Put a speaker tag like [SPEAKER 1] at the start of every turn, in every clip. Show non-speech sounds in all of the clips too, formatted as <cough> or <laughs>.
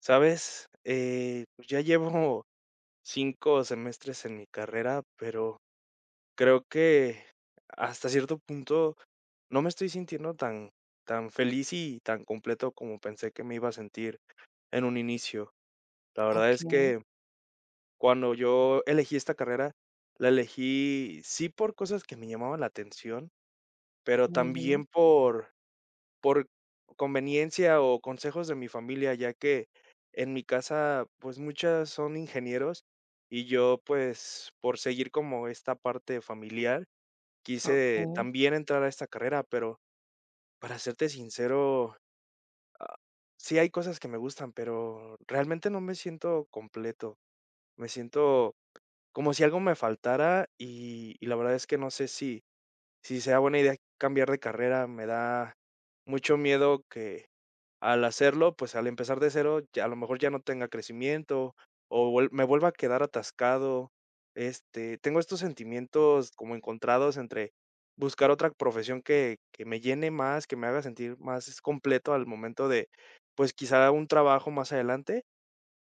[SPEAKER 1] ¿Sabes? Pues ya llevo <laughs> 5 semestres en mi carrera, pero creo que hasta cierto punto no me estoy sintiendo tan feliz y tan completo como pensé que me iba a sentir en un inicio. La verdad es
[SPEAKER 2] Okey,
[SPEAKER 1] que cuando yo elegí esta carrera, la elegí sí por cosas que me llamaban la atención, pero
[SPEAKER 2] muy bien,
[SPEAKER 1] también por conveniencia o consejos de mi familia, ya que en mi casa, pues muchas son ingenieros y yo, pues por seguir como esta parte familiar, quise
[SPEAKER 2] okey.
[SPEAKER 1] también entrar a esta carrera, pero para serte sincero, ah, sí hay cosas que me gustan, pero realmente no me siento completo. Me siento como si algo me faltara y la verdad es que no sé si, si sea buena idea cambiar de carrera. Me da mucho miedo al hacerlo, pues, al empezar de cero, ya a lo mejor ya no tenga crecimiento, o vuel me vuelva a quedar atascado. Este, tengo estos sentimientos como encontrados entre buscar otra profesión que me llene más, que me haga sentir más completo al momento de, pues, quizá un trabajo más adelante,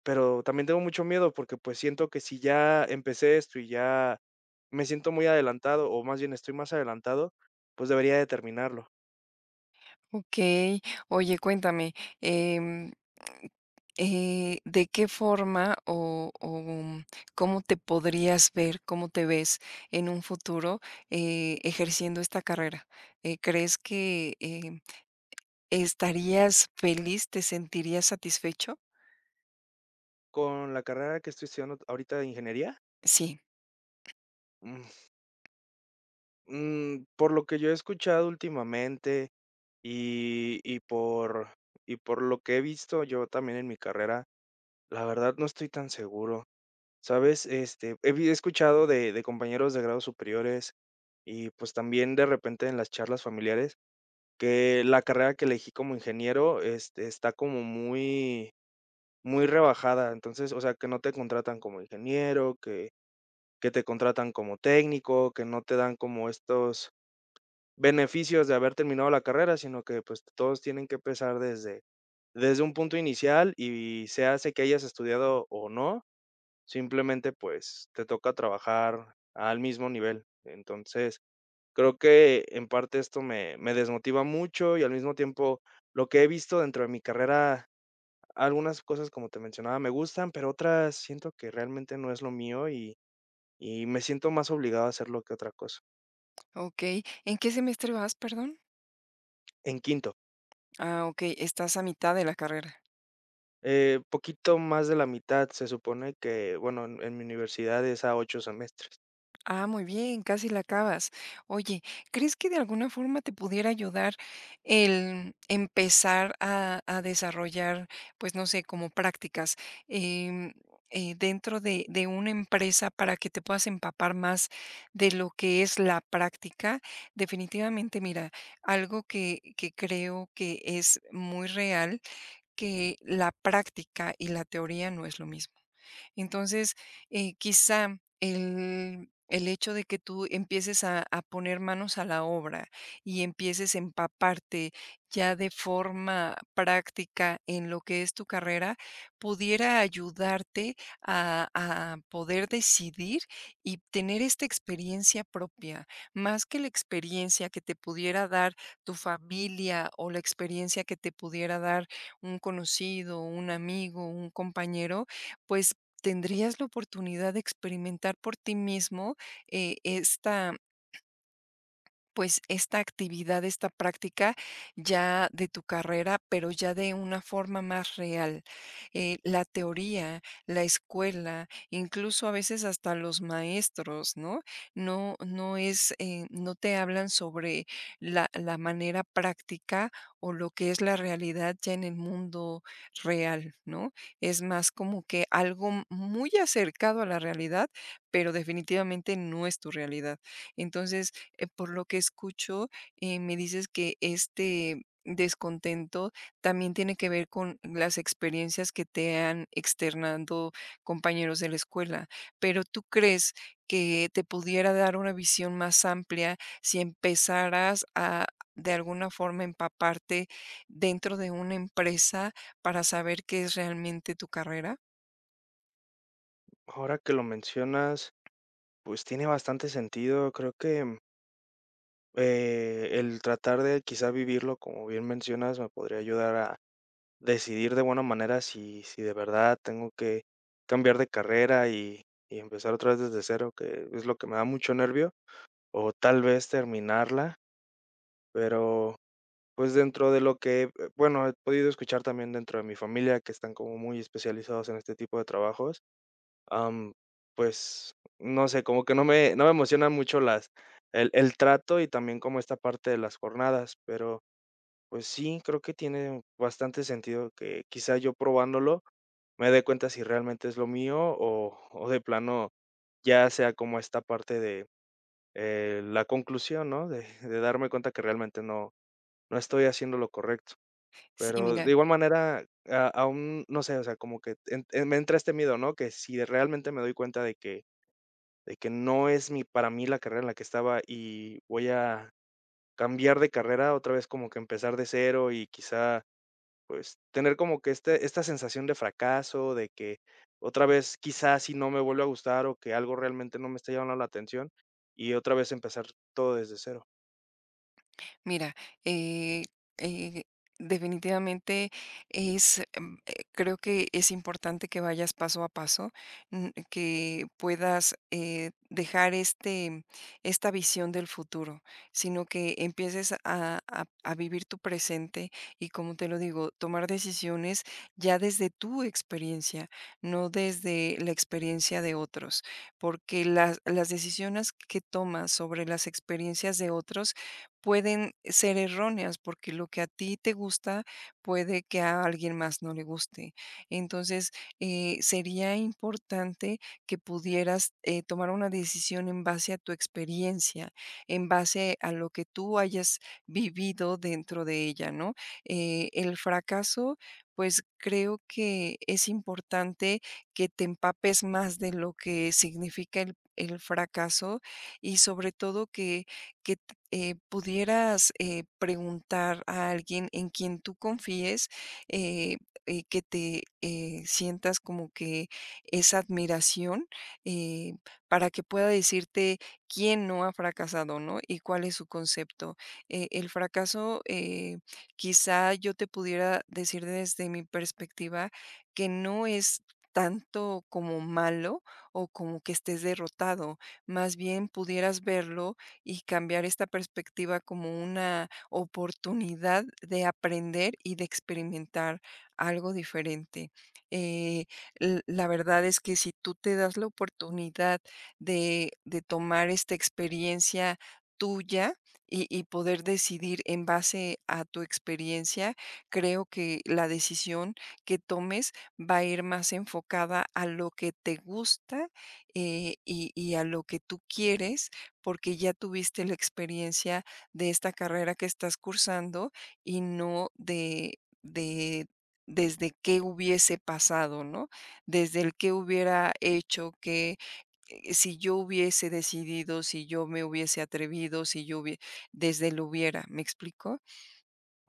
[SPEAKER 1] pero también tengo mucho miedo porque, pues, siento que si ya empecé esto y ya me siento muy adelantado, o más bien estoy más adelantado, pues, debería de terminarlo.
[SPEAKER 2] Okey. Oye, cuéntame, em, ¿de qué forma o cómo te podrías ver, cómo te ves en un futuro, ejerciendo esta carrera? ¿Crees que, estarías feliz? ¿Te sentirías satisfecho?
[SPEAKER 1] Con la carrera que estoy estudiando ahorita de ingeniería,
[SPEAKER 2] Sí,
[SPEAKER 1] mm, por lo que yo he escuchado últimamente y y por y por lo que he visto yo también en mi carrera, la verdad no estoy tan seguro, ¿sabes? Este, he vi he escuchado de compañeros de grados superiores y, pues, también de repente en las charlas familiares, que la carrera que elegí como ingeniero, este, está como muy rebajada. Entonces, o sea, que no te contratan como ingeniero, que te contratan como técnico, que no te dan como estos beneficios de haber terminado la carrera, sino que, pues, todos tienen que empezar desde un punto inicial y se hace que hayas estudiado o no, simplemente, pues, te toca trabajar al mismo nivel. Entonces, creo que en parte esto me desmotiva mucho y al mismo tiempo lo que he visto dentro de mi carrera, algunas cosas, como te mencionaba, me gustan, pero otras siento que realmente no es lo mío y me siento más obligado a hacerlo que otra cosa.
[SPEAKER 2] okey. ¿En qué semestre vas, perdón?
[SPEAKER 1] En quinto.
[SPEAKER 2] Ah, okey, estás a mitad de la carrera.
[SPEAKER 1] Poquito más de la mitad, se supone que, bueno, en mi universidad es a 8 semestres.
[SPEAKER 2] Ah, muy bien, casi la acabas. Oye, ¿crees que de alguna forma te pudiera ayudar el empezar a desarrollar, pues no sé, como prácticas em, dentro de una empresa para que te puedas empapar más de lo que es la práctica? Definitivamente, mira, algo que creo que es muy real, que la práctica y la teoría no es lo mismo. Entonces, quizá el hecho de que tú empieces a poner manos a la obra y empieces a empaparte ya de forma práctica en lo que es tu carrera, pudiera ayudarte a poder decidir y tener esta experiencia propia, más que la experiencia que te pudiera dar tu familia o la experiencia que te pudiera dar un conocido, un amigo, un compañero, pues tendrías la oportunidad de experimentar por ti mismo, esta pues esta actividad, esta práctica ya de tu carrera, pero ya de una forma más real. La teoría, la escuela, incluso a veces hasta los maestros, ¿no? No es, no te hablan sobre la manera práctica o lo que es la realidad ya en el mundo real, ¿no? Es más como que algo muy acercado a la realidad, pero definitivamente no es tu realidad. Entonces, por lo que escucho, me dices que este descontento también tiene que ver con las experiencias que te han externado compañeros de la escuela, pero ¿tú crees que te pudiera dar una visión más amplia si empezaras a, de alguna forma, empaparte dentro de una empresa para saber qué es realmente tu carrera?
[SPEAKER 1] Ahora que lo mencionas, pues tiene bastante sentido. Creo que, el tratar de quizá vivirlo, como bien mencionas, me podría ayudar a decidir de buena manera si si de verdad tengo que cambiar de carrera y empezar otra vez desde cero, que es lo que me da mucho nervio, o tal vez terminarla, pero pues dentro de lo que, bueno, he podido escuchar también dentro de mi familia, que están como muy especializados en este tipo de trabajos, am, pues, no sé, como que no me emocionan mucho las el trato y también como esta parte de las jornadas, pero, pues sí, creo que tiene bastante sentido que quizá yo probándolo me dé cuenta si realmente es lo mío o de plano ya sea como esta parte de, la conclusión, ¿no? De darme cuenta que realmente no estoy haciendo lo correcto.
[SPEAKER 2] Sí,
[SPEAKER 1] Pero de
[SPEAKER 2] mira,
[SPEAKER 1] igual manera, a aún, no sé, o sea, como que en me entra este miedo, ¿no? Que si realmente me doy cuenta de que no es mi para mí la carrera en la que estaba y voy a cambiar de carrera, otra vez como que empezar de cero y quizá, pues, tener como que este esta sensación de fracaso, de que otra vez quizás si no me vuelve a gustar o que algo realmente no me está llamando la atención y otra vez empezar todo desde cero.
[SPEAKER 2] Mira, eh, eh, definitivamente es, creo que es importante que vayas paso a paso, que puedas dejar este, esta visión del futuro, sino que empieces a, a vivir tu presente y, como te lo digo, tomar decisiones ya desde tu experiencia, no desde la experiencia de otros, porque las decisiones que tomas sobre las experiencias de otros pueden ser erróneas, porque lo que a ti te gusta puede que a alguien más no le guste. Entonces, sería importante que pudieras tomar una decisión en base a tu experiencia, en base a lo que tú hayas vivido dentro de ella, ¿no? El fracaso, pues creo que es importante que te empapes más de lo que significa el fracaso y sobre todo que pudieras preguntar a alguien en quien tú confíes, eh, que te sientas como que esa admiración eh, para que pueda decirte quién no ha fracasado, ¿no? Y cuál es su concepto. El fracaso, quizá yo te pudiera decir desde mi perspectiva que no es tanto como malo o como que estés derrotado, más bien pudieras verlo y cambiar esta perspectiva como una oportunidad de aprender y de experimentar algo diferente. Eh, la verdad es que si tú te das la oportunidad de tomar esta experiencia tuya y poder decidir en base a tu experiencia, creo que la decisión que tomes va a ir más enfocada a lo que te gusta y a lo que tú quieres porque ya tuviste la experiencia de esta carrera que estás cursando y no de desde qué hubiese pasado, ¿no? Desde el qué hubiera hecho, que si yo hubiese decidido, si yo me hubiese atrevido, si yo desde el hubiera, ¿me explico?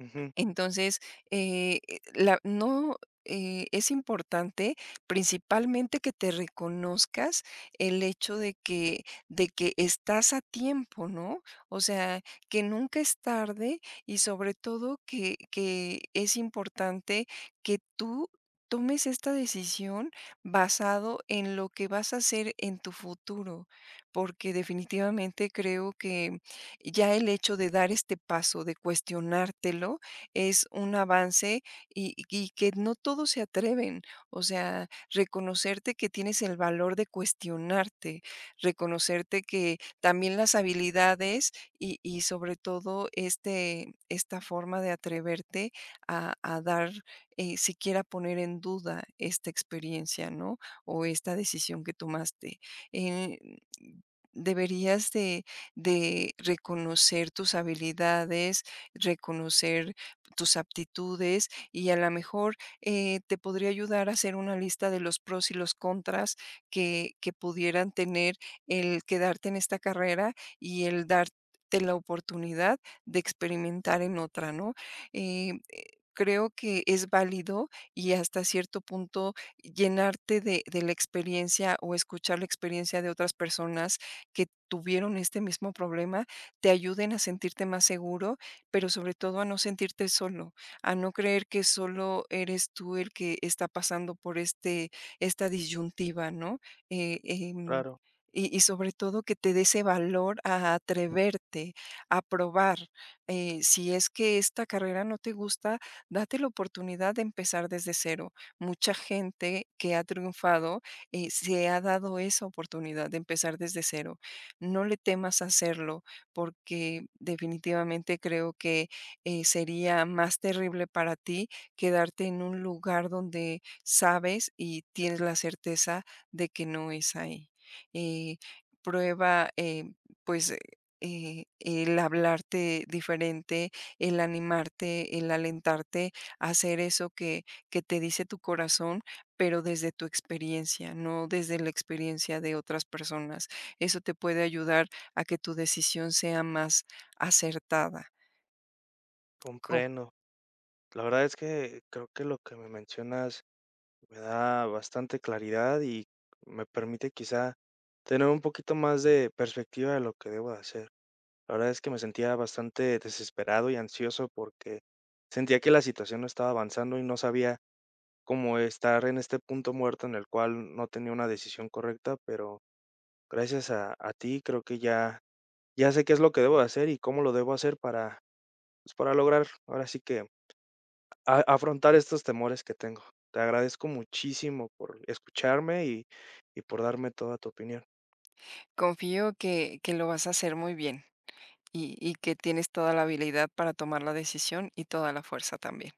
[SPEAKER 1] Ujú,
[SPEAKER 2] Entonces, la no, es importante, principalmente, que te reconozcas el hecho de que estás a tiempo, ¿no? O sea, que nunca es tarde y, sobre todo, que es importante que tú tomes esta decisión basado en lo que vas a hacer en tu futuro, porque definitivamente creo que ya el hecho de dar este paso, de cuestionártelo es un avance y que no todos se atreven. O sea, reconocerte que tienes el valor de cuestionarte, reconocerte que también las habilidades y sobre todo este, esta forma de atreverte a dar, siquiera poner en duda esta experiencia, ¿no? O esta decisión que tomaste. Eh, deberías de reconocer tus habilidades, reconocer tus aptitudes y a lo mejor te podría ayudar a hacer una lista de los pros y los contras que pudieran tener el quedarte en esta carrera y el darte la oportunidad de experimentar en otra, ¿no? Eh, eh, creo que es válido y hasta cierto punto llenarte de la experiencia o escuchar la experiencia de otras personas que tuvieron este mismo problema, te ayuden a sentirte más seguro pero sobre todo a no sentirte solo, a no creer que solo eres tú el que está pasando por este, esta disyuntiva, ¿no? Eh, em,
[SPEAKER 1] claro,
[SPEAKER 2] y sobre todo que te dé ese valor a atreverte, a probar. Si es que esta carrera no te gusta, date la oportunidad de empezar desde cero. Mucha gente que ha triunfado se ha dado esa oportunidad de empezar desde cero. No le temas a hacerlo porque definitivamente creo que sería más terrible para ti quedarte en un lugar donde sabes y tienes la certeza de que no es ahí. Eh, prueba, pues... el hablarte diferente, el animarte, el alentarte a hacer eso que te dice tu corazón, pero desde tu experiencia, no desde la experiencia de otras personas. Eso te puede ayudar a que tu decisión sea más acertada. Co
[SPEAKER 1] comprendo. La verdad es que creo que lo que me mencionas me da bastante claridad y me permite quizá tener un poquito más de perspectiva de lo que debo de hacer. La verdad es que me sentía bastante desesperado y ansioso porque sentía que la situación no estaba avanzando y no sabía cómo estar en este punto muerto en el cual no tenía una decisión correcta, pero gracias a ti creo que ya, ya sé qué es lo que debo de hacer y cómo lo debo hacer para, pues, para lograr ahora sí que a afrontar estos temores que tengo. Te agradezco muchísimo por escucharme y por darme toda tu opinión.
[SPEAKER 2] Confío que lo vas a hacer muy bien y que tienes toda la habilidad para tomar la decisión y toda la fuerza también.